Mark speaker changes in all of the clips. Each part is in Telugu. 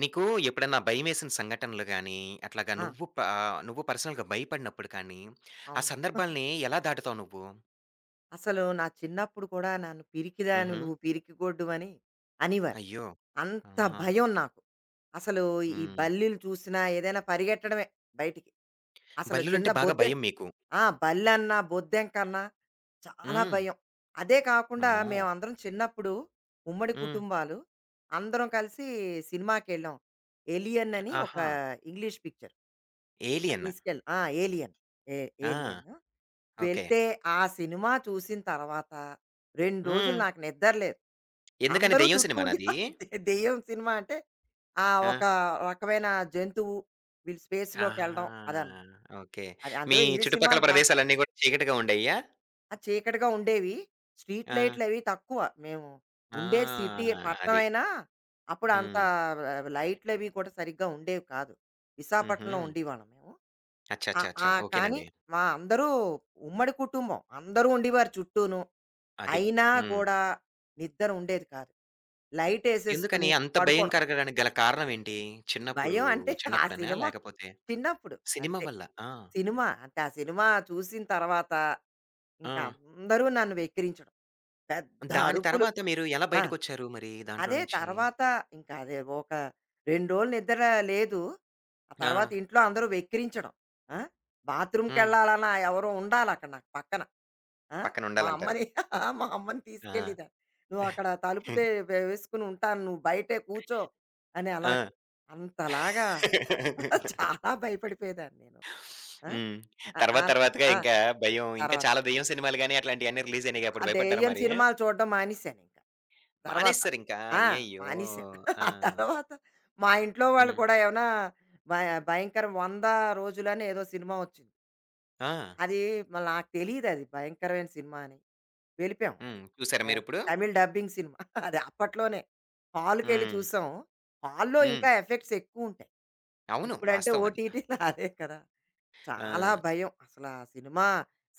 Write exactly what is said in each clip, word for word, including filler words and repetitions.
Speaker 1: నీకు ఎప్పుడన్నా భయమేసిన సంఘటనలు గానీ, అట్లాగా
Speaker 2: ఆ!
Speaker 1: నువ్వు ప ఆహ్, నువ్వు పర్సనల్‌గా భయపడినప్పుడు కానీ, ఆ
Speaker 2: అవును.
Speaker 1: సందర్భాల్ని ఎలా దాటుతావు నువ్వు?
Speaker 2: అసలు నా చిన్నప్పుడు కూడా నన్ను పిరికిదానివి,
Speaker 1: హుహు.
Speaker 2: నువ్వు పిరికిగొడ్డువని అనేవారు.
Speaker 1: అయ్యో!
Speaker 2: అంత
Speaker 1: ఆహా!
Speaker 2: భయం నాకు. అసలు ఈ
Speaker 1: హ్మ్.
Speaker 2: బల్లీలు చూసినా ఏదైనా పరిగెట్టడమే బయటికి. అసలు చిన్న
Speaker 1: బల్లులంటే బాగా
Speaker 2: బొద్దెం.
Speaker 1: భయం మీకు.
Speaker 2: ఆ! బల్లన్నా, బొద్దెంకన్నా చాలా
Speaker 1: హ్మ్.
Speaker 2: భయం. అదే కాకుండా
Speaker 1: అమ్మో!
Speaker 2: మేమందరం చిన్నప్పుడు ఉమ్మడి
Speaker 1: హ్మ్.
Speaker 2: కుటుంబాలు. అందరం కలిసి సినిమాకెళ్ళాం. 'ఎలియన్' అని ఒక
Speaker 1: ఆహా!
Speaker 2: English picture. అది
Speaker 1: 'ఏలియన్.'
Speaker 2: తీసుకెళ్ళి, ఆ! 'ఏలియన్', ఏ
Speaker 1: ఆ!
Speaker 2: 'Alien'
Speaker 1: okay.
Speaker 2: వెళ్తే, ఆ సినిమా చూసిన తర్వాత రెండు రోజులు
Speaker 1: హ్మ్.
Speaker 2: నాకు నిద్ర లేదు.
Speaker 1: ఎందుకని
Speaker 2: అందరూ
Speaker 1: దెయ్యం
Speaker 2: చుట్టూ
Speaker 1: సినిమానా
Speaker 2: ఉండి,
Speaker 1: అది?
Speaker 2: దే- దెయ్యం సినిమా అంటే ఆ
Speaker 1: ఆ!
Speaker 2: ఒక రకమైన జంతువు, వీళ్ళు
Speaker 1: ఆహా!
Speaker 2: స్పేస్‌లోకెళ్ళడం అదనమాట.
Speaker 1: ఓకే.
Speaker 2: అది,
Speaker 1: మీ
Speaker 2: అందులో ఇంగ్లీష్
Speaker 1: చుట్టుపక్కల
Speaker 2: సినిమాలు బా
Speaker 1: ప్రదేశాలన్నీ గూడా చీకటిగా ఉండేయ్యా?
Speaker 2: ఆ! చీకటిగా ఉండేవి. స్ట్రీట్
Speaker 1: ఆ!
Speaker 2: లైట్లవి తక్కువ. మేము ఉండేది
Speaker 1: ఆ!
Speaker 2: సిటీ
Speaker 1: అది.
Speaker 2: పట్టణమైనా, అప్పుడు అంత
Speaker 1: హ్మ్.
Speaker 2: ఆహ్, లైట్లవి కూడా సరిగ్గా ఉండేవి కాదు.
Speaker 1: హుహు.
Speaker 2: విశాఖపట్నంలో ఉండేవాళ్ళం మేము.
Speaker 1: అచ్చా! అచ్చా!
Speaker 2: ఆహ్,
Speaker 1: అచ్చా!
Speaker 2: ఆహ్, కానీ
Speaker 1: ఓకేనండి.
Speaker 2: మా అందరూ ఉమ్మడి కుటుంబం. అందరూ ఉండేవారు చుట్టూను.
Speaker 1: అది.
Speaker 2: అయినా
Speaker 1: హ్మ్.
Speaker 2: కూడా నిద్ర ఉండేది కాదు.
Speaker 1: ఎందుకని
Speaker 2: లైటేసేసుకుని
Speaker 1: అంత భయం
Speaker 2: పడుకోవడం.
Speaker 1: కలగడానికి గల కారణం ఏంటి? చిన్నప్పుడు
Speaker 2: భయం అంటే ఆ
Speaker 1: చిన్నప్పుడనా?
Speaker 2: సినిమా,
Speaker 1: లేకపోతే
Speaker 2: చిన్నప్పుడు
Speaker 1: సినిమా
Speaker 2: అంతే.
Speaker 1: వల్ల. ఆ!
Speaker 2: సినిమా అంటే, ఆ సినిమా చూసిన తర్వాత
Speaker 1: ఆ!
Speaker 2: ఇంకా అందరూ నన్ను వెక్కిరించడం. పెద్ద
Speaker 1: దాని
Speaker 2: అరుపులు.
Speaker 1: తర్వాత మీరు ఎలా
Speaker 2: ఆ!
Speaker 1: బయటకొచ్చారు మరి దాంట్లో
Speaker 2: అదే
Speaker 1: నుంచి?
Speaker 2: తర్వాత, ఇంకా అదే, ఒక రెండు రోజులు నిద్ర లేదు. ఆ
Speaker 1: ఆ!
Speaker 2: తర్వాత ఇంట్లో అందరూ వెక్కిరించడం. ఆ!
Speaker 1: హ్మ్.
Speaker 2: బాత్రూమ్‌కెళ్ళాలన్నా ఎవరో ఉండాలక్కడ నాకు పక్కన. ఆ! మా
Speaker 1: పక్కనుండాలంటారు.
Speaker 2: అమ్మని, మా అమ్మని
Speaker 1: ఆ!
Speaker 2: తీసుకెళ్ళేదాన్ని. "నువ్వక్కడ తలుపు తె వే వేసుకొని ఉంటాను. నువ్వు బయటే కూర్చో" అని
Speaker 1: ఆ!
Speaker 2: అలాగా. అంతలాగా చాలా భయపడిపోయేదాన్ని నేను. ఆ!
Speaker 1: హ్మ్.
Speaker 2: అ
Speaker 1: తర్వాత
Speaker 2: ఆల్
Speaker 1: తర్వాతగా
Speaker 2: ఆ!
Speaker 1: ఇంకా భయం, ఇంకా
Speaker 2: తర్వాత
Speaker 1: చాలా దెయ్యం సినిమాలు గాని అట్లాంటియన్నీ రిలీజ్ అయినాయిగా
Speaker 2: ఆ
Speaker 1: అప్పుడు భయపడ్డారా
Speaker 2: దెయ్యం
Speaker 1: మరి?
Speaker 2: సినిమాలు చూడడం మానేశాను ఇంకా. తర్వాత.
Speaker 1: మానేసేసారింకా.
Speaker 2: ఆ!
Speaker 1: అయ్యయ్యో!
Speaker 2: మానేశాను.
Speaker 1: ఆ!
Speaker 2: ఆ తర్వాత మా ఇంట్లో వాళ్ళు
Speaker 1: హ్మ్.
Speaker 2: కూడా ఏమైనా భయ భయంకరం వంద రోజులని ఏదో సినిమా వచ్చింది.
Speaker 1: ఆ!
Speaker 2: అది మళ్ళ నాకు తెలీదది భయంకరమైన సినిమా అని. వెళ్ళిపోయాం
Speaker 1: హ్మ్.
Speaker 2: అది.
Speaker 1: చూసారా
Speaker 2: ఆహ్,
Speaker 1: మీరిప్పుడు?
Speaker 2: తమిళ్ డబ్బింగ్ సినిమా. అది అప్పట్లోనే. హాల్‌కెళ్ళి
Speaker 1: హ్మ్.
Speaker 2: చూసాం. హాల్‌లో
Speaker 1: హ్మ్.
Speaker 2: ఇంకా ఎఫెక్ట్స్ ఎక్కువుంటాయి.
Speaker 1: అవును.
Speaker 2: ఇప్పుడంటే
Speaker 1: వాస్తవం అది.
Speaker 2: ఓటీటీలో అదే కదా! చాలా
Speaker 1: ఆ!
Speaker 2: భయం. అసలా సినిమా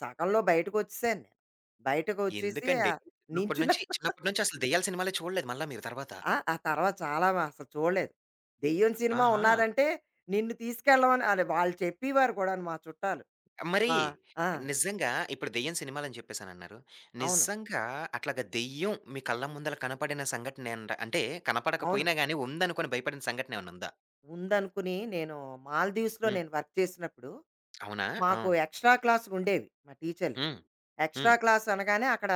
Speaker 2: సగంలో బయటకొచ్చేసాను నేను. బయటకొచ్చేసి
Speaker 1: ఎందుకండి?
Speaker 2: ఆహ్,
Speaker 1: చిన్నప్పటి
Speaker 2: నించున్నా.
Speaker 1: నుంచి చిన్నప్పటి నుంచి అసలు దెయ్యాల సినిమాలే చూడలేదు మళ్ళా మీరు తర్వాత.
Speaker 2: ఆ! ఆ తర్వాత చాలా మా- అసలు చూడలేదు. దెయ్యం సినిమా
Speaker 1: ఆహా!
Speaker 2: ఉన్నాదంటే నిన్ను తీసుకెళ్ళమని అది వాళ్ళు చెప్పేవారు కూడాను మా చుట్టాలు.
Speaker 1: మరి
Speaker 2: మా, ఆ!
Speaker 1: నిజంగా ఇప్పుడు దెయ్యం సినిమాలని చెప్పేసనన్నారు.
Speaker 2: అవును.
Speaker 1: నిజంగా అట్లాగా దెయ్యం మీ కళ్ళ ముందల కనపడిన సంఘటన ఏంట అంటే
Speaker 2: అవును.
Speaker 1: కనపడకపోయినా గాని ఉందనుకోని భయపడిన సంఘటన ఏమన్నా ఉందా?
Speaker 2: ఉందనుకుని నేను, మాల్దీవ్స్‌లో
Speaker 1: హ్మ్.
Speaker 2: నేను వర్క్ చేసినప్పుడు,
Speaker 1: అవునా? ఆ!
Speaker 2: మాకు ఎక్స్‌ట్రా క్లాసులుండేవి మా టీచర్‌లకి.
Speaker 1: హ్మ్.
Speaker 2: ఎక్స్‌ట్రా
Speaker 1: హ్మ్.
Speaker 2: క్లాస్ అనగానే అక్కడ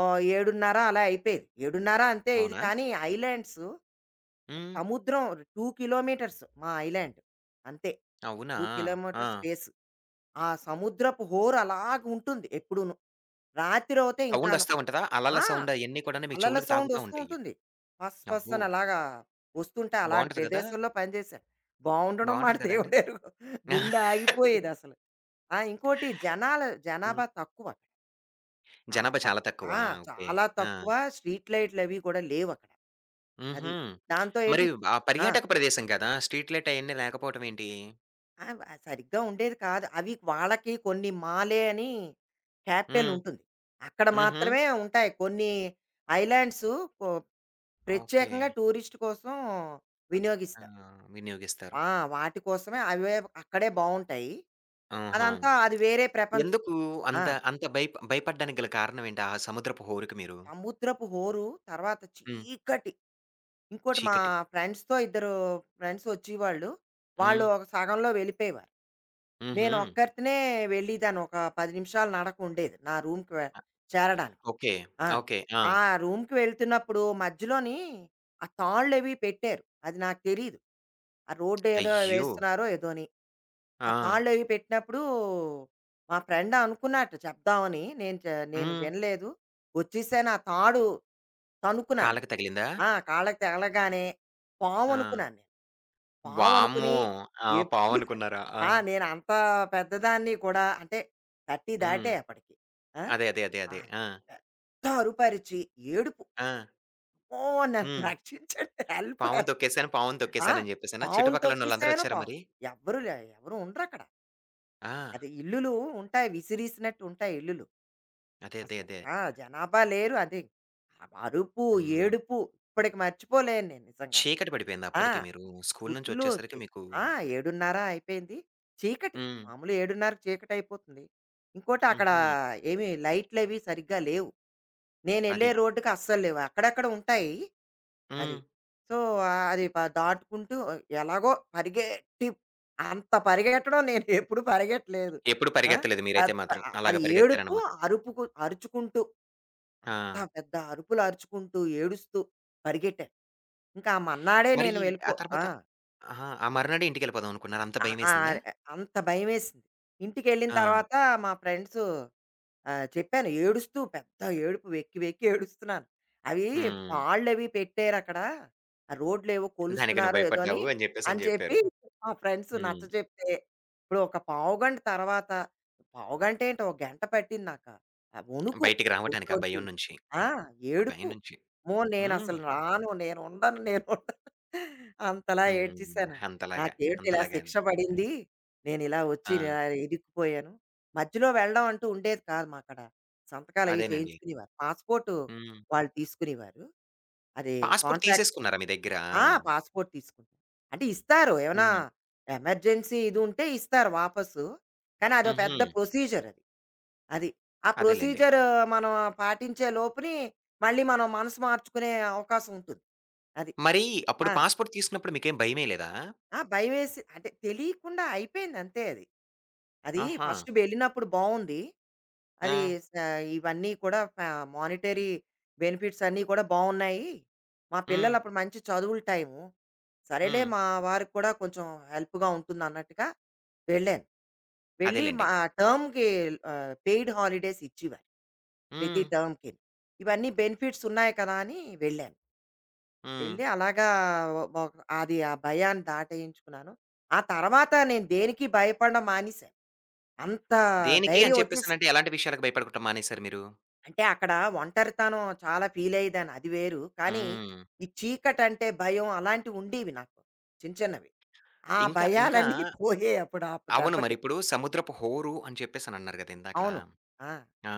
Speaker 2: ఆహ్, ఏడున్నర అలా అయిపోయేది. ఏడున్నర అంతే, ఇది
Speaker 1: అవునా?
Speaker 2: కానీ ఐలాండ్సు,
Speaker 1: హ్మ్.
Speaker 2: సముద్రం, రెండు కిలోమీటర్స్ మా ఐలాండ్. అంతే.
Speaker 1: అవునా?
Speaker 2: రెండు
Speaker 1: ఆ!
Speaker 2: Kilometres space. ఆ సముద్రపు హోరు అలాగుంటుంది ఎప్పుడూను. రాత్రవుతే
Speaker 1: సౌండ్
Speaker 2: ఇంకాను.
Speaker 1: వస్తా ఉంటదా? అలల
Speaker 2: ఆ!
Speaker 1: సౌండ్ అయన్నీ కూడాను మీ
Speaker 2: అలల
Speaker 1: చెవులకి
Speaker 2: సౌండ్
Speaker 1: తాకుతా
Speaker 2: వస్తూ
Speaker 1: ఉంటాయి.
Speaker 2: ఉంటుంది. ఫస్ ఫస్
Speaker 1: అబ్బో!
Speaker 2: అని అలాగా వస్తుంటాయి. అలాంటి
Speaker 1: బావుంటది గదా!
Speaker 2: ప్రదేశంలో పని చేశాను. బావుండడం మాట
Speaker 1: బావుంటది గదండీ!
Speaker 2: దేవుడెరుగు. గుండె ఆగిపోయేదసలు. ఆ! ఇంకోటి, జనాలు,
Speaker 1: హ్మ్.
Speaker 2: జనాభా తక్కువ. ఆ!
Speaker 1: జనాభా
Speaker 2: బ
Speaker 1: చాలా తక్కువ.
Speaker 2: ఆ!
Speaker 1: ఓకే.
Speaker 2: చాలా
Speaker 1: ఆ!
Speaker 2: తక్కువ. స్ట్రీట్ లైట్‌లవి కూడా లేవక్కడ. అది.
Speaker 1: హుహు.
Speaker 2: దాంతో
Speaker 1: మరి
Speaker 2: ఏంటి?
Speaker 1: ఆ
Speaker 2: ఆ!
Speaker 1: పర్యాటక ప్రదేశం కదా! స్ట్రీట్ లైట్ అయన్నీ లేకపోవటం ఏంటి?
Speaker 2: ఆ! వ సరిగ్గా ఉండేది కాదు. అవి వాళ్ళకి కొన్ని మాలే అని క్యాపిటల్
Speaker 1: హ్మ్.
Speaker 2: ఉంటుంది. అక్కడ
Speaker 1: హుహు.
Speaker 2: మాత్రమే ఉంటాయి. కొన్ని ఐలాండ్సు కొ
Speaker 1: ఓకే.
Speaker 2: ప్రత్యేకంగా టూరిస్ట్ కోసం
Speaker 1: ఆ!
Speaker 2: వినియోగిస్తారు.
Speaker 1: వినియోగిస్తారు.
Speaker 2: ఆ! వాటి కోసమే, అవే అక్కడే బావుంటాయి.
Speaker 1: ఆహా!
Speaker 2: అదంతా, అది వేరే ప్రపంచం.
Speaker 1: ఎందుకు
Speaker 2: ఆ!
Speaker 1: అంత అంత భయ భయపడడానికి గల కారణం ఏంటి? ఆ సముద్రపు హోరుకి మీరు?
Speaker 2: సముద్రపు హోరు, తర్వాత
Speaker 1: హ్మ్.
Speaker 2: చీకటి. ఇంకోటి మా
Speaker 1: చీకటి.
Speaker 2: ఫ్రెండ్స్‌తో, ఇద్దరు ఫ్రెండ్స్ వచ్చేవాళ్ళు. వాళ్ళు
Speaker 1: హ్మ్.
Speaker 2: ఒక సగంలో వెళ్ళిపోయేవారు.
Speaker 1: హుహు.
Speaker 2: నేను ఒక్కరితోనే వెళ్ళేదాన్ని. ఒక పది నిమిషాలు నడక ఉండేది నా రూమ్‌కి వె చేరడానికి.
Speaker 1: ఓకే.
Speaker 2: ఆ!
Speaker 1: ఓకే. ఆ!
Speaker 2: ఆ రూమ్‌కి వెళ్తున్నప్పుడు మధ్యలోని ఆ తాళ్ళవి పెట్టారు. అది నాకు తెలీదు. ఆ రోడ్ ఏదో
Speaker 1: అయ్యో!
Speaker 2: వేస్తున్నారో ఏదోని.
Speaker 1: ఆ!
Speaker 2: ఆ తాళ్ళవి పెట్టినప్పుడు, మా ఫ్రెండ్ అనుకున్నట్టు చెప్దామని, నేను చ నేను
Speaker 1: హ్మ్.
Speaker 2: వినలేదు. వచ్చేసాను. ఆ తాడు తన్నుకున్నాను
Speaker 1: కాళ్ళకి
Speaker 2: నేను.
Speaker 1: తగిలిందా?
Speaker 2: ఆ! కాళ్ళకి తగలగానే పాము
Speaker 1: ఆ!
Speaker 2: అనుకున్నాను నేను.
Speaker 1: వామ్మో!
Speaker 2: పామనుకుని,
Speaker 1: ఆ!
Speaker 2: ఎప్పుడు,
Speaker 1: పామనుకున్నారా? ఆ!
Speaker 2: ఆ! నేనంత పెద్దదాన్ని కూడా, అంటే ముప్పై
Speaker 1: హ్మ్.
Speaker 2: దాటే అప్పటికి. ఆ!
Speaker 1: అదే. అదే. అదే.
Speaker 2: ఆ!
Speaker 1: అదే. ఆ!
Speaker 2: పెద్ద అరుపరిచి ఏడుపు.
Speaker 1: ఆ!
Speaker 2: అమ్మో! నన్ను
Speaker 1: హ్మ్.
Speaker 2: రక్షించండి, హెల్ప్.
Speaker 1: పావును తొక్కేసాను, పావును
Speaker 2: ఆ!
Speaker 1: తొక్కేసానని జెప్పేసనా?
Speaker 2: పావును
Speaker 1: చుట్టుపక్కలున్నోళ్ళందరూ
Speaker 2: తొక్కేసాను
Speaker 1: ఒచ్చారా
Speaker 2: పావును.
Speaker 1: మరి?
Speaker 2: ఎవ్వరు లే ఎవరు ఉండరక్కడ.
Speaker 1: ఆ!
Speaker 2: అదే ఇల్లులు ఉంటాయి. విసిరీసినట్టు ఉంటాయి ఇల్లులు.
Speaker 1: అదే. అదే.
Speaker 2: అసలు,
Speaker 1: అదే.
Speaker 2: ఆ! జనాభా లేరు. అది, ఆ అరుపు,
Speaker 1: హ్మ్.
Speaker 2: ఏడుపు ఇప్పటికి మర్చిపోలేను నేను నిజంగాను.
Speaker 1: చీకటి పడిపోయిందా
Speaker 2: ఆ!
Speaker 1: అప్పటికి మీరు? స్కూలు
Speaker 2: ఫుల్లు
Speaker 1: నుంచొచ్చేసరికి
Speaker 2: చి
Speaker 1: మీకు
Speaker 2: ఆ! ఏడున్నర అయిపోయింది. చీకటి.
Speaker 1: హ్మ్.
Speaker 2: మామూలుగా 7:30కి చీకటయిపోతుంది. ఇంకోటి, అక్కడ
Speaker 1: హుహు.
Speaker 2: ఏమి లైట్‌లవి సరిగ్గా లేవు. నేనెళ్ళే
Speaker 1: అది.
Speaker 2: రోడ్డుకి అస్సలు లేవు. అక్కడక్కడ ఉంటాయి. అది.
Speaker 1: హ్మ్.
Speaker 2: సో, ఆహ్, అది ప దాటుకుంటూ ఎలాగో పరిగెట్టి, అంత పరిగెట్టడం నేను ఎప్పుడు పరిగెట్టలేదు.
Speaker 1: ఎప్పుడు
Speaker 2: ఆ!
Speaker 1: పరిగెత్తలేదు మీరైతే
Speaker 2: అద్
Speaker 1: మాత్రం. అలాగ
Speaker 2: అది ఏడుపు,
Speaker 1: పరిగెత్తారనమాట.
Speaker 2: అరుపుకు, అరుచుకుంటూ,
Speaker 1: ఆ!
Speaker 2: అంత పెద్ద అరుపులు అరుచుకుంటూ, ఏడుస్తూ పరిగెట్టాను. ఇంకా మర్నాడే
Speaker 1: మరి
Speaker 2: నేను వెళ్ళిపో.
Speaker 1: ఆ
Speaker 2: ఆ!
Speaker 1: తర్వాత ఆహా! ఆ మరునాడే ఇంటికెళ్ళిపోదాం అనుకున్నారా? అంత
Speaker 2: ఆ! ఆ!
Speaker 1: భయమేసిందా?
Speaker 2: అంత భయమేసింది. ఇంటికెళ్ళిన
Speaker 1: ఆ!
Speaker 2: తర్వాత మా ఫ్రెండ్సు, ఆ! చెప్పాను ఏడుస్తూ, పెద్ద ఏడుపు, వెక్కి వెక్కి ఏడుస్తున్నాను. అవి
Speaker 1: హ్మ్.
Speaker 2: తాళ్ళవి పెట్టారక్కడ. ఆ రోడ్లేవో
Speaker 1: దానికి నువ్వు
Speaker 2: కొలుస్తున్నారో ఏదో అని,
Speaker 1: భయపడ్డావు అని
Speaker 2: అని
Speaker 1: జెప్పేసని
Speaker 2: చెప్పి
Speaker 1: జెప్పారు.
Speaker 2: మా ఫ్రెండ్స్
Speaker 1: హ్మ్.
Speaker 2: నచ్చచెప్తే, ఇప్పుడు ఒక పావుగంట తర్వాత, పావుగంటేంటి, ఒక గంట పట్టింది నాకు. ఆ వణుకు
Speaker 1: బయటికి రావటానికి ఆ
Speaker 2: ఒళ్ళోంచి,
Speaker 1: భయం నుంచి.
Speaker 2: ఆ!
Speaker 1: ఆ
Speaker 2: ఏడుపు.
Speaker 1: భయం నుంచి.
Speaker 2: అమ్మో!
Speaker 1: హ్మ్.
Speaker 2: నేనసలు రాను, నేనుండను, నేనుండను, అంతలా
Speaker 1: హ్మ్.
Speaker 2: ఏడ్చేసాను.
Speaker 1: అంతలాగా.
Speaker 2: నాకేమిటి ఇలా
Speaker 1: అంతలాగా.
Speaker 2: శిక్ష పడింది, నేనిలా వచ్చి
Speaker 1: ఆ!
Speaker 2: ఇలా ఇరుక్కుపోయాను. మధ్యలో వెళ్ళడం అంటూ ఉండేది కాదు మాకక్కడ. సంతకాలు అవి
Speaker 1: అదేనండి.
Speaker 2: చేయించుకునేవారు. పాస్‌పోర్టు
Speaker 1: హ్మ్.
Speaker 2: వాళ్ళు తీసుకునేవారు. అది
Speaker 1: పాస్‌పోర్ట్
Speaker 2: కాంట్రాక్ట్.
Speaker 1: తీసేసుకున్నారా మీ దగ్గర?
Speaker 2: ఆ! పాస్‌పోర్ట్ తీసుకుంటాం. అంటే ఇస్తారు. ఏమైనా
Speaker 1: హ్మ్.
Speaker 2: ఎమర్జెన్సీ ఇది ఉంటే ఇస్తారు వాపసు. కానీ అదో
Speaker 1: హుహు.
Speaker 2: పెద్ద ప్రొసీజర్ అది. అది. ఆ
Speaker 1: అదేలెండి.
Speaker 2: ప్రొసీజర్ మనం పాటించే లోపుని మళ్ళీ మనం మనసు మార్చుకునే అవకాశం ఉంటుంది. అది.
Speaker 1: మరి అప్పుడు
Speaker 2: ఆ!
Speaker 1: పాస్‌పోర్ట్ తీసుకున్నప్పుడు మీకేం భయమేయలేదా?
Speaker 2: ఆ! భయమేసి అంటే తెలియకుండా అయిపోయింది, అంతే అది. అది
Speaker 1: ఆహా!
Speaker 2: ఫస్ట్ వెళ్ళినప్పుడు బావుంది.
Speaker 1: ఆ!
Speaker 2: అది, స ఇవన్నీ కూడా, ప మానిటరీ బెనిఫిట్స్ అన్నీ కూడా బావున్నాయి. మా
Speaker 1: హ్మ్.
Speaker 2: పిల్లలప్పుడు మంచి చదువుల టైము. సరేలే,
Speaker 1: హ్మ్.
Speaker 2: మా వారికి కూడా కొంచెం హెల్ప్‌గా ఉంటుందన్నట్టుగా వెళ్ళాను. వెళ్ళి
Speaker 1: అదేలెండి.
Speaker 2: మా టర్మ్‌కి ఆహ్, పెయిడ్ హాలిడేస్ ఇచ్చేవారు. ప్రతి
Speaker 1: హ్మ్.
Speaker 2: టర్మ్‌కిను. ఇవన్నీ బెనిఫిట్స్ ఉన్నాయి కదా అని వెళ్ళాను.
Speaker 1: హ్మ్.
Speaker 2: వెళ్ళి అలాగా ఒ ఒక అది ఆ భయాన్ని దాటేయించుకున్నాను. ఆ తర్వాత నేను దేనికి భయపడడం మానేశాను. అంత
Speaker 1: దేనికి అని
Speaker 2: ధైర్యం వచ్చేసింది.
Speaker 1: చెప్పేసనంటే ఎలాంటి విషయాలకు భయపడకుండా మానేసారు మీరు?
Speaker 2: అంటే అక్కడ ఒంటరితనం చాలా ఫీలయ్యేదాన్ని, అది వేరు. కానీ
Speaker 1: హ్మ్.
Speaker 2: ఈ చీకటంటే భయం, అలాంటివి ఉండేవి నాకు చిన్న చిన్నవి. ఆ
Speaker 1: ఇంకా ఇంకా
Speaker 2: భయాలన్నీ పోయాయి అప్పుడు, ఆ
Speaker 1: అవును.
Speaker 2: దెబ్బకి.
Speaker 1: మరిప్పుడు సముద్రపు హోరు అని చెప్పేసనన్నారు గదా! ఇందాకడ.
Speaker 2: అవును. ఆ!
Speaker 1: ఆ!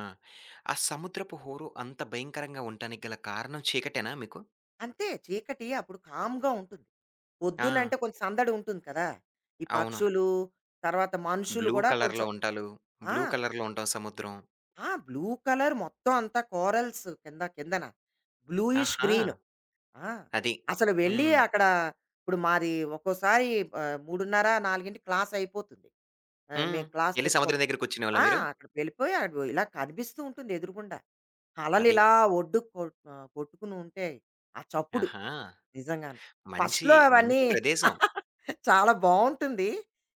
Speaker 1: ఆ సముద్రపు హోరు అంత భయంకరంగా ఉండటానికి గల కారణం చీకటేనా మీకు?
Speaker 2: అంతే. చీకటి అప్పుడు కామ్‌గా ఉంటుంది.
Speaker 1: ఆ!
Speaker 2: పొద్దునంటే కొంచెం సందడి ఉంటుంది కదా! ఈ
Speaker 1: అవును.
Speaker 2: పక్షులు, తర్వాత మనుషులు
Speaker 1: బ్లూ
Speaker 2: కూడా
Speaker 1: కలర్‌లో
Speaker 2: కొంచెం.
Speaker 1: ఉంటాలు,
Speaker 2: ఆ!
Speaker 1: బ్లూ కలర్‌లో ఉంటాం సముద్రం.
Speaker 2: ఆ! బ్లూ కలర్ మొత్తం అంతా, కోరల్స్ కింద కిందన. బ్లూయిష్
Speaker 1: ఆహా!
Speaker 2: గ్రీన్. ఆ!
Speaker 1: అది.
Speaker 2: అసలు వెళ్ళి
Speaker 1: హ్మ్.
Speaker 2: అక్కడ, ఇప్పుడు మాది ఒక్కోసారి ఆహ్, మూడున్నర, నాలుగుకి క్లాస్ అయిపోతుంది. ఆహ్,
Speaker 1: హ్మ్.
Speaker 2: మేము క్లాస్
Speaker 1: ఎళ్లి
Speaker 2: చెప్పుకోవడం.
Speaker 1: సముద్రం దగ్గర కూర్చునేవాళ్ళా
Speaker 2: ఆ!
Speaker 1: మీరు?
Speaker 2: అక్కడికి వెళ్ళిపోయి, అడు ఇలా కనిపిస్తూ ఉంటుంది ఎదురుగుండా. అలలు
Speaker 1: అది.
Speaker 2: ఇలా ఒడ్డుకు కొ ఆహ్, కొట్టుకుని ఉంటాయి. ఆ చప్పుడు
Speaker 1: ఆహా!
Speaker 2: నిజంగాను.
Speaker 1: మంచి,
Speaker 2: ఫస్ట్‌లో అవన్నీ
Speaker 1: మంచి ప్రదేశం.
Speaker 2: చాలా బావుంటుంది.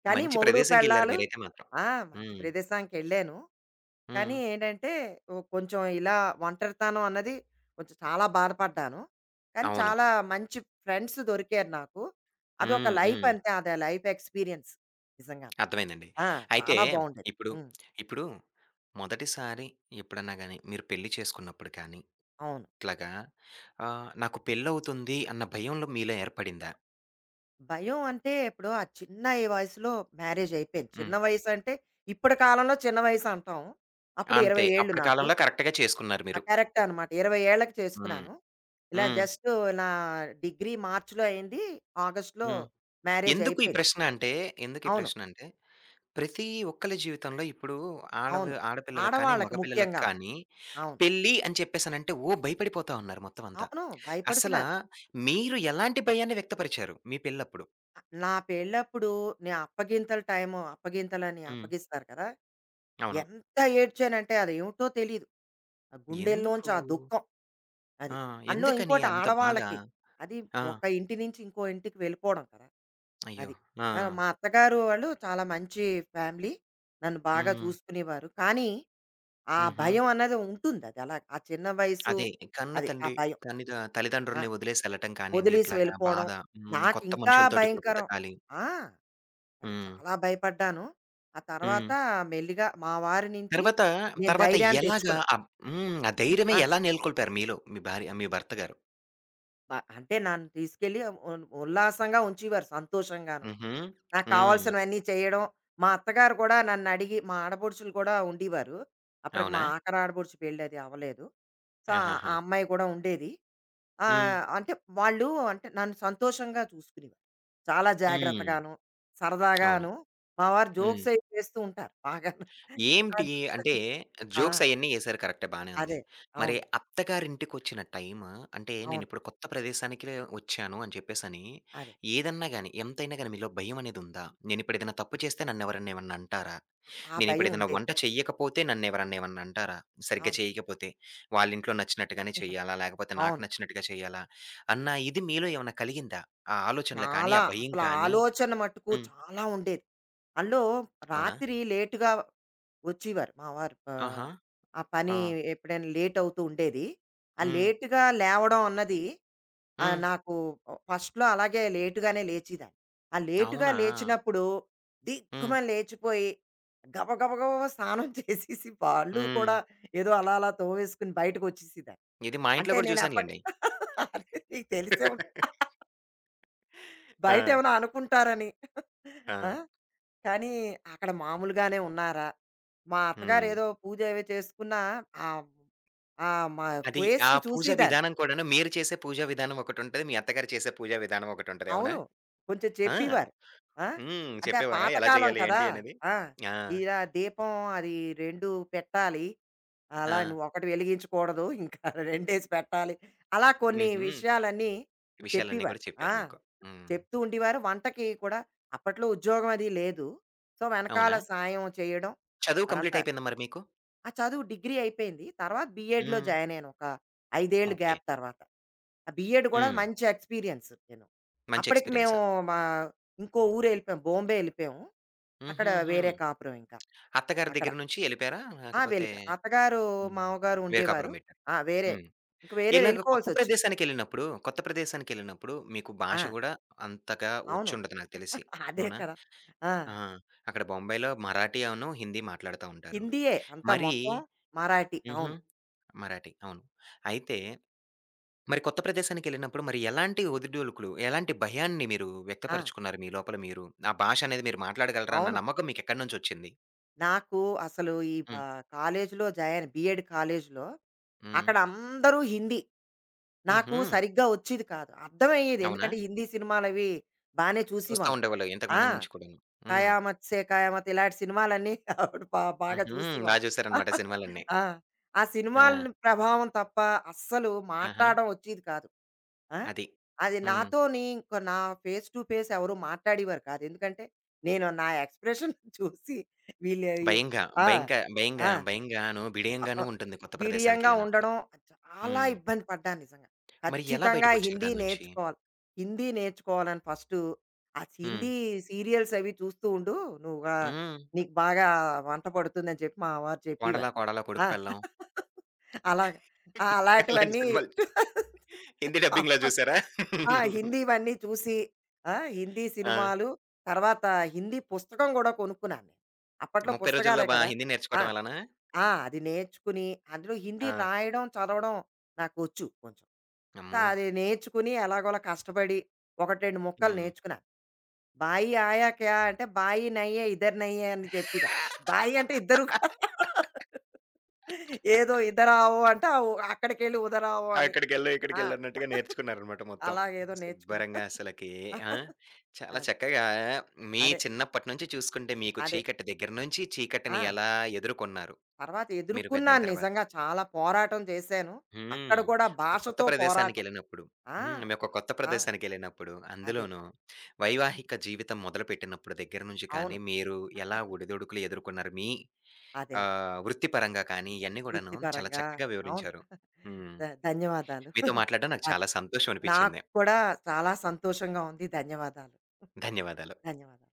Speaker 2: కానీ
Speaker 1: మంచి
Speaker 2: మొగుడు,
Speaker 1: ప్రదేశంకెళ్లారు
Speaker 2: పెళ్ళాలు.
Speaker 1: మీరైతే మాత్రం.
Speaker 2: ఆ! మంచి
Speaker 1: హ్మ్.
Speaker 2: ప్రదేశానికెళ్ళాను.
Speaker 1: హ్మ్.
Speaker 2: కానీ ఏంటంటే, ఓ కొంచెం ఇలా ఒంటరితనం అన్నది కొంచెం చాలా బాధపడ్డాను. కానీ
Speaker 1: అవును.
Speaker 2: చాలా మంచి ఫ్రెండ్స్ దొరికారు నాకు. అదొక
Speaker 1: హ్మ్.
Speaker 2: లైఫ్
Speaker 1: హ్మ్.
Speaker 2: అంతే. అదే లైఫ్ ఎక్స్‌పీరియన్స్ నిజంగా.
Speaker 1: అర్థమైందండి.
Speaker 2: ఆ!
Speaker 1: అయితే
Speaker 2: చాలా బావుండేది.
Speaker 1: ఇప్పుడు,
Speaker 2: హ్మ్.
Speaker 1: ఇప్పుడు మొదటిసారి ఎప్పుడన్నా గాని మీరు పెళ్లి చేసుకున్నప్పుడు కానీ,
Speaker 2: అవును.
Speaker 1: ఇట్లాగా ఆహ్, నాకు పెళ్లవుతుంది అన్న భయంలో మీలో ఏర్పడిందా?
Speaker 2: భయం అంటే ఇప్పుడు ఆ చిన్న, ఈ వయసులో మ్యారేజ్ అయిపోయింది. చిన్న
Speaker 1: హ్మ్.
Speaker 2: వయసు అంటే, ఇప్పటి కాలంలో చిన్న వయసు అంటాం. అప్పుడు
Speaker 1: అంతే.
Speaker 2: ఇరవై ఏళ్ళు
Speaker 1: అప్పటి
Speaker 2: నాకు.
Speaker 1: కాలంలో కరెక్ట్‌గా చేసుకున్నారు
Speaker 2: ఆ!
Speaker 1: మీరు.
Speaker 2: కరెక్ట్ అనమాట. ఇరవై ఏళ్ళకి
Speaker 1: హ్మ్.
Speaker 2: చేసుకున్నాను. ఇలా
Speaker 1: హ్మ్.
Speaker 2: జస్ట్, నా డిగ్రీ మార్చ్‌లో అయింది. ఆగస్ట్‌లో
Speaker 1: హ్మ్.
Speaker 2: మ్యారేజ్
Speaker 1: ఎందుకు ఈ
Speaker 2: అయిపోయింది.
Speaker 1: ప్రశ్న అంటే, ఎందుకు ఈ
Speaker 2: అవును.
Speaker 1: ప్రశ్న అంటే, ప్రతి ఒక్కళ్ళ జీవితంలో ఇప్పుడు ఆడవి
Speaker 2: అవును.
Speaker 1: ఆడపిల్లలకు కానీ,
Speaker 2: ఆడవాళ్ళకి
Speaker 1: మగ పిల్లలకు
Speaker 2: ముఖ్యంగాను.
Speaker 1: కానీ
Speaker 2: అవును.
Speaker 1: పెళ్లి అని చెప్పేసనంటే ఓ భయపడిపోతా ఉన్నారు మొత్తం అంతా.
Speaker 2: అవును.
Speaker 1: అసలా
Speaker 2: భయపడుతున్నారు.
Speaker 1: మీరు ఎలాంటి భయాన్ని వ్యక్తపరిచారు మీ పెళ్ళప్పుడు?
Speaker 2: నా పెళ్ళప్పుడు, నేను అప్పగింతల టైము, అప్పగింతలని
Speaker 1: హ్మ్.
Speaker 2: అప్పగిస్తారు కదా!
Speaker 1: అవును.
Speaker 2: ఎంత ఏడ్చానంటే, అదేమిటో తెలీదు. ఆ గుండెల్లోంచి
Speaker 1: ఎందుకు?
Speaker 2: ఆ దుఃఖం. అది.
Speaker 1: ఆ!
Speaker 2: అందులో
Speaker 1: ఎందుకని
Speaker 2: ఇంకోటి,
Speaker 1: అంత బాధ?
Speaker 2: ఆడవాళ్ళకి అది
Speaker 1: ఆ!
Speaker 2: ఒక ఇంటి నుంచి ఇంకో ఇంటికి వెళ్ళిపోవడం కదా!
Speaker 1: అయ్యో!
Speaker 2: అది.
Speaker 1: ఆ!
Speaker 2: ఆ! మా అత్తగారు వాళ్ళు చాలా మంచి ఫ్యామిలీ. నన్ను బాగా
Speaker 1: హ్మ్.
Speaker 2: చూసుకునేవారు. కానీ ఆ
Speaker 1: హుహు.
Speaker 2: భయం అన్నది ఉంటుందది అలా. ఆ చిన్న వయసు,
Speaker 1: అదే కన్న
Speaker 2: అది ఆ
Speaker 1: తండ్రి
Speaker 2: భయం.
Speaker 1: తన్నిద
Speaker 2: ఆ!
Speaker 1: తల్లిదండ్రుల్ని వదిలేసి ఎళ్ళటం కానియండి,
Speaker 2: వదిలేసి
Speaker 1: ఇట్లాగా
Speaker 2: వెళ్ళిపోవడం.
Speaker 1: బాధ. హ్మ్. కొత్త
Speaker 2: నాకింకా
Speaker 1: మనుషులతోటి ఇప్పుడు
Speaker 2: భయంకరం.
Speaker 1: బ్రతకాలి.
Speaker 2: ఆ! అది,
Speaker 1: హ్మ్.
Speaker 2: చాలా భయపడ్డాను. ఆ
Speaker 1: హ్మ్.
Speaker 2: తర్వాత మెల్లిగా మా వారి నుంచి
Speaker 1: తర్వాత,
Speaker 2: నేను
Speaker 1: తర్వాత
Speaker 2: ధైర్యాన్ని
Speaker 1: ఎలాగా
Speaker 2: తెచ్చుకున్నా.
Speaker 1: అబ్ హ్మ్. ఆ ధైర్యమే
Speaker 2: ఆ!
Speaker 1: ఎలా నెలకొల్పారు మీలో? మీ భార్య మీ భర్త గారు?
Speaker 2: బ అంటే నన్ను తీసుకెళ్ళి ఉన్ ఉల్లాసంగా ఉంచేవారు, సంతోషంగాను.
Speaker 1: హుహు.
Speaker 2: నాకు
Speaker 1: హ్మ్.
Speaker 2: కావాల్సినవన్నీ చేయడం. మా అత్తగారు కూడా నన్నడిగి, మా ఆడపడుచులు కూడా ఉండేవారు. అప్పటికి మా
Speaker 1: అవునా?
Speaker 2: ఆఖరి ఆడపడుచు పెళ్ళది అవ్వలేదు. సో, ఆ ఆ
Speaker 1: ఆహాహా!
Speaker 2: అమ్మాయి కూడా ఉండేది.
Speaker 1: హ్మ్.
Speaker 2: ఆహ్, అంటే వాళ్ళు అంటే నన్ను సంతోషంగా చూసుకునేవారు. చాలా
Speaker 1: హ్మ్.
Speaker 2: జాగ్రత్తగాను,
Speaker 1: అవును.
Speaker 2: సరదాగాను. మా వారు
Speaker 1: హ్మ్.
Speaker 2: జోక్స్ అవి చేస్తూ ఉంటారు బాగాను.
Speaker 1: ఏంటి
Speaker 2: అది.
Speaker 1: అంటే జోక్స్
Speaker 2: ఆ!
Speaker 1: అయన్నీ ఎసారు కరెక్టే బానే ఉంది.
Speaker 2: అదే.
Speaker 1: మరి
Speaker 2: అవును.
Speaker 1: అత్తగారింటికొచ్చిన టైమ్ అంటే
Speaker 2: అవును.
Speaker 1: నేనిప్పుడు కొత్త ప్రదేశానికిలే వచ్చాను అని చెప్పేసని
Speaker 2: అదే.
Speaker 1: ఏదన్నా గాని ఎంతైనా గాని మీలో భయం అనేదుందా? నేనిప్పుడేదైనా తప్పు చేస్తే నన్నెవరన్నా ఏమన్నా అంటారా?
Speaker 2: ఆ
Speaker 1: నేనిప్పుడు
Speaker 2: భయం
Speaker 1: ఏదైనా
Speaker 2: ఉండేది.
Speaker 1: వంట చెయ్యకపోతే నన్నెవరన్నా ఏమన్నా అంటారా? సరిగ్గా
Speaker 2: అవును.
Speaker 1: చేయకపోతే, వాళ్ళింట్లో నచ్చినట్టుగానే చెయ్యాలా? లేకపోతే నాకు
Speaker 2: అవును.
Speaker 1: నచ్చినట్టుగా చెయ్యాలా? అన్న ఇది మీలో ఏమన్నా కలిగిందా? ఆ ఆలోచనలు కానీ,
Speaker 2: చాలా,
Speaker 1: ఆ భయం
Speaker 2: అసలు
Speaker 1: కానీ
Speaker 2: ఆలోచన మట్టుకు
Speaker 1: హ్మ్.
Speaker 2: చాలా ఉండేది. అందులో
Speaker 1: అవునా?
Speaker 2: రాత్రి లేట్‌గా వచ్చేవారు మా వారు. ఆహ్,
Speaker 1: ఆహా!
Speaker 2: ఆ పని
Speaker 1: ఆ!
Speaker 2: ఎప్పుడైనా లేట్ అవుతూ ఉండేది. ఆ
Speaker 1: హ్మ్.
Speaker 2: లేట్‌గా లేవడం అన్నది. ఆ!
Speaker 1: హ్మ్.
Speaker 2: నాకు ఫస్ట్‌లో అలాగే లేట్‌గానే లేచేదాన్ని. ఆ లేట్‌గా
Speaker 1: అవునా?
Speaker 2: లేచినప్పుడు
Speaker 1: హ్మ్.
Speaker 2: దిక్కుమని లేచిపోయి, గబ గబ గబ స్నానం చేసేసి, వాళ్ళు
Speaker 1: హ్మ్.
Speaker 2: కూడా ఏదో అలా అలా తోవేసుకుని బయటకొచ్చేసేదాన్ని.
Speaker 1: ఇది మా ఇంట్లో
Speaker 2: అంటే
Speaker 1: కూడా
Speaker 2: నేను అప్పటి
Speaker 1: చూసానులెండి.
Speaker 2: అదే నీకు తెలిసే ఉంటుంది.
Speaker 1: ఆ!
Speaker 2: బయటేమైనా అనుకుంటారని.
Speaker 1: ఆ!
Speaker 2: ఆ! కానీ అక్కడ మామూలుగానే ఉన్నారా? మా
Speaker 1: హ్మ్.
Speaker 2: అత్తగారేదో పూజ అవి చేసుకున్నా ఆహ్, ఆ! మా
Speaker 1: అది
Speaker 2: ఫేస్
Speaker 1: ఆ పూజా
Speaker 2: చూసేదాన్ని.
Speaker 1: విధానం కూడాను మీరు చేసే పూజా విధానం ఒకటుంటది. మీ అత్తగారు చేసే పూజా విధానం ఒకటుంటది. అవునా?
Speaker 2: అవును. కొంచెం
Speaker 1: ఆ!
Speaker 2: చెప్పేవారు. ఆ!
Speaker 1: హ్మ్.
Speaker 2: అంటే ఆ
Speaker 1: చెప్పేవారా ఎలా
Speaker 2: పాతకాలం
Speaker 1: చేయాలి?
Speaker 2: కదా!
Speaker 1: ఏంటి అనేది?
Speaker 2: ఆ!
Speaker 1: ఆ!
Speaker 2: ఇలా దీపం అది రెండు పెట్టాలి.
Speaker 1: ఆ!
Speaker 2: అలా నువ్వు ఒకటి వెలిగించకూడదు. ఇంకా రెండేసి పెట్టాలి. అలా కొన్ని
Speaker 1: హుహు.
Speaker 2: విషయాలన్నీ
Speaker 1: విషయాలన్నీ
Speaker 2: చెప్పేవారు.
Speaker 1: గూడా
Speaker 2: ఆ!
Speaker 1: చెప్పారు మీకు. హ్మ్.
Speaker 2: చెప్తూ ఉండేవారు. వంటకి కూడా. అప్పట్లో ఉద్యోగం అది లేదు. సో, వెనకాల
Speaker 1: అవునా?
Speaker 2: సాయం చేయడం,
Speaker 1: చదువు కంప్లీట్
Speaker 2: అదంతా.
Speaker 1: అయిపోయిందా మరి మీకు?
Speaker 2: ఆ చదువు, డిగ్రీ అయిపోయింది. తర్వాత బీఎడ్‌లో
Speaker 1: హ్మ్.
Speaker 2: జాయిన్ అయ్యాను, ఒక ఐదు ఏళ్ళు
Speaker 1: ఓకే.
Speaker 2: గ్యాప్ తర్వాత. ఆ బీఎడ్ కూడా
Speaker 1: హ్మ్.
Speaker 2: మంచి ఎక్స్‌పీరియన్స్ నేను.
Speaker 1: మంచి
Speaker 2: అప్పటికి
Speaker 1: ఎక్స్‌పీరియన్స్.
Speaker 2: మేము, మా, ఇంకో ఊరు ఎళ్ళిపోయాం. బాంబే ఎళ్ళిపోయాం. అక్కడ
Speaker 1: హుహుహు.
Speaker 2: వేరే కాపురం ఇంకా,
Speaker 1: అత్తగారి
Speaker 2: అక్కడ.
Speaker 1: దగ్గర నుంచి ఎళ్ళిపోయారా?
Speaker 2: ఆ!
Speaker 1: లేకపోతే
Speaker 2: వెళ్ళిపోయాం. అత్తగారు,
Speaker 1: హ్మ్.
Speaker 2: మామగారు
Speaker 1: వేరే
Speaker 2: ఉండేవారు.
Speaker 1: కాపురం బెట్టారు.
Speaker 2: ఆ! వేరే.
Speaker 1: హ్మ్.
Speaker 2: ఇంక వేరే
Speaker 1: ఇలాగ కొత్త
Speaker 2: వెళ్ళిపోవాల్సొచ్చింది.
Speaker 1: ప్రదేశానికెళ్ళినప్పుడు, కొత్త ప్రదేశానికెళ్ళినప్పుడు మీకు
Speaker 2: ఆ!
Speaker 1: భాష గూడా అంతగా
Speaker 2: అవును.
Speaker 1: ఒచ్చుండదు నాకు తెలిసి.
Speaker 2: అదే
Speaker 1: అవునా?
Speaker 2: కదా! ఆ!
Speaker 1: ఆ! అక్కడ బొంబాయిలో మరాఠీ అవును, హిందీ మాట్లాడుతా ఉంటారు.
Speaker 2: హిందీయే అంతా
Speaker 1: మరి
Speaker 2: మొత్తం, మరాఠీ.
Speaker 1: హుహు.
Speaker 2: అవును.
Speaker 1: మరాఠీ అవును. అయితే మరి కొత్త ప్రదేశానికెళ్ళినప్పుడు మరి ఎలాంటి ఒదిదుడుకులు, ఎలాంటి భయాన్ని మీరు
Speaker 2: ఆ!
Speaker 1: వ్యక్తపరుచుకున్నారు మీ లోపల మీరు? ఆ భాష అనేది మీరు మాట్లాడగలరా అన్న
Speaker 2: అవును.
Speaker 1: నమ్మకం మీకెక్కడి నుంచొచ్చింది?
Speaker 2: నాకు అసలు ఈ ప
Speaker 1: హ్మ్.
Speaker 2: కాలేజీలో జాయిన్, బీఎడ్ కాలేజీలో
Speaker 1: హ్మ్.
Speaker 2: అక్కడ అందరూ హిందీ. నాకు
Speaker 1: హుహు.
Speaker 2: సరిగ్గా వచ్చేది కాదు. అర్థమయ్యేది.
Speaker 1: అవునా?
Speaker 2: ఎందుకంటే హిందీ సినిమాలవి బానే
Speaker 1: చూస్తా
Speaker 2: చూసేవాళ్ళం మేము.
Speaker 1: ఉండేవాళ్ళు ఇంతకు
Speaker 2: ఆ!
Speaker 1: ముందు నుంచి కూడాను. హ్మ్.
Speaker 2: 'కయామత్ సే కయామత్' ఇలాంటి సినిమాలన్నీ ఆవిడ బా బాగా
Speaker 1: హుహు. బా
Speaker 2: చూసేవాళ్ళం.
Speaker 1: చూసారనమాట సినిమాలన్నీ.
Speaker 2: ఆ! ఆ
Speaker 1: ఆ!
Speaker 2: సినిమాలని ప్రభావం తప్ప అస్సలు
Speaker 1: ఆహా!
Speaker 2: మాట్లాడడం వచ్చేది కాదు. ఆ!
Speaker 1: అది.
Speaker 2: అది
Speaker 1: హ్మ్.
Speaker 2: నాతోని, ఇంక నా ఫేస్ టు ఫేస్ ఎవరు మాట్లాడేవారు కాదు. ఎందుకంటే నేను, నా ఎక్స్‌ప్రెషన్ చూసి వీళ్ళు.
Speaker 1: భయంగా,
Speaker 2: ఆ!
Speaker 1: భయంక
Speaker 2: ఆ!
Speaker 1: భయంగా, భయంగాను,
Speaker 2: అ అ
Speaker 1: బిడియంగాను ఉంటుంది కొత్త
Speaker 2: బిడియంగా
Speaker 1: ప్రదేశానికెళ్ళినప్పుడు.
Speaker 2: ఉండడం, చాలా
Speaker 1: హ్మ్.
Speaker 2: ఇబ్బంది పడ్డాను నిజంగా.
Speaker 1: మరి ఎలా
Speaker 2: ఖచ్చితంగా
Speaker 1: బయటకొచ్చారు
Speaker 2: హిందీ
Speaker 1: దాన్నుంచి?
Speaker 2: నేర్చుకోవాలి. హిందీ నేర్చుకోవాలని ఫస్టు, ఆ
Speaker 1: హ్మ్.
Speaker 2: హిందీ సీరియల్స్ అవి చూస్తూ ఉండు. నువ్వు, ఆహ్,
Speaker 1: హ్మ్.
Speaker 2: నీకు బాగా వంట పడుతుందని చెప్పి మా వారు
Speaker 1: 'కోడలా
Speaker 2: చెప్పేవారు.
Speaker 1: కోడలా
Speaker 2: ఆ!
Speaker 1: కొడుకు పెళ్ళాం'
Speaker 2: అలాగ. ఆ!
Speaker 1: అలాంటి
Speaker 2: అలాంటివన్నీ
Speaker 1: సినిమాలు హిందీ డబ్బింగ్‌లో
Speaker 2: అప్పట్
Speaker 1: చూసారా?
Speaker 2: ఆ! హిందీవన్నీ చూసి, ఆ! హిందీ
Speaker 1: ఆ!
Speaker 2: సినిమాలు, తర్వాత హిందీ పుస్తకం గూడా కొనుక్కున్నాను నేను. అప్పట్లో
Speaker 1: ముప్ఫై రోజుల్లో
Speaker 2: పుస్తకాలే
Speaker 1: బా
Speaker 2: కదా!
Speaker 1: హిందీ
Speaker 2: ఆ!
Speaker 1: నేర్చుకోవటం ఎలానా?
Speaker 2: ఆ! అది నేర్చుకుని, అందులో హిందీ
Speaker 1: ఆ!
Speaker 2: రాయడం, చదవడం నాకొచ్చు కొంచెం. సో,
Speaker 1: అమ్మో!
Speaker 2: అది నేర్చుకుని ఎలాగోలా కష్టపడి ఒకటి, రెండు ముక్కలు
Speaker 1: హ్మ్.
Speaker 2: నేర్చుకున్నాను. 'బాయి ఆయా క్యా' అంటే 'బాయి నయ్యే ఇధర్ నయ్యే' అని చెప్పేదాన్ని. బాయి అంటే ఇద్దరు కాదు. ఏదో ఇధరావో అంటే ఆవ్, అక్కడికెళ్ళి ఉదరావో అని.
Speaker 1: అక్కడికెళ్ళు,
Speaker 2: ఆ!
Speaker 1: ఇక్కడికెళ్ళు అన్నట్టుగా నేర్చుకున్నారనమాట మొత్తం.
Speaker 2: అలాగేదో నేర్చుకున్నా.
Speaker 1: శుభ్రంగా అసలకి ఆ! చాలా
Speaker 2: అది.
Speaker 1: చక్కగా మీ
Speaker 2: అదే.
Speaker 1: చిన్నప్పటి నుంచి చూసుకుంటే మీకు
Speaker 2: అదే.
Speaker 1: చీకటి దగ్గర నుంచి
Speaker 2: ఆ!
Speaker 1: చీకటిని ఎలా ఎదుర్కొన్నారు?
Speaker 2: తర్వాత
Speaker 1: మీరు పెద్దయిన
Speaker 2: ఎదుర్కొన్నాను,
Speaker 1: తర్వాత.
Speaker 2: నిజంగా చాలా పోరాటం చేశాను. అక్కడ
Speaker 1: హ్మ్.
Speaker 2: కూడా
Speaker 1: ఒక కొత్త
Speaker 2: భాషతో పోరాటం.
Speaker 1: ప్రదేశానికెళ్ళినప్పుడు
Speaker 2: ఆ!
Speaker 1: హ్మ్. మీ ఒక కొత్త
Speaker 2: ఆ!
Speaker 1: ప్రదేశానికెళ్ళినప్పుడు
Speaker 2: అదే.
Speaker 1: అందులోనూ వైవాహిక జీవితం మొదలుపెట్టినప్పుడు దగ్గర నుంచి
Speaker 2: అవును.
Speaker 1: కానీ మీరు ఎలా ఒడిదొడుకులు ఎదుర్కొన్నారు? మీ
Speaker 2: అదే. అదే.
Speaker 1: ఆహ్, వృత్తిపరంగా కానీ ఇయన్నీ గూడాను చాలా
Speaker 2: వృత్తిపరంగా.
Speaker 1: చక్కగా
Speaker 2: అవును.
Speaker 1: వివరించారు. హ్మ్.
Speaker 2: ధ ధన్యవాదాలు.
Speaker 1: మీతో మాట్లాడడం నాకు
Speaker 2: అదే.
Speaker 1: చాలా సంతోషం
Speaker 2: నాకు
Speaker 1: అనిపిచ్చింది.
Speaker 2: కూడా చాలా సంతోషంగా ఉంది. ధన్యవాదాలు.
Speaker 1: ధన్యవాదాలు.
Speaker 2: ధన్యవాదాలు.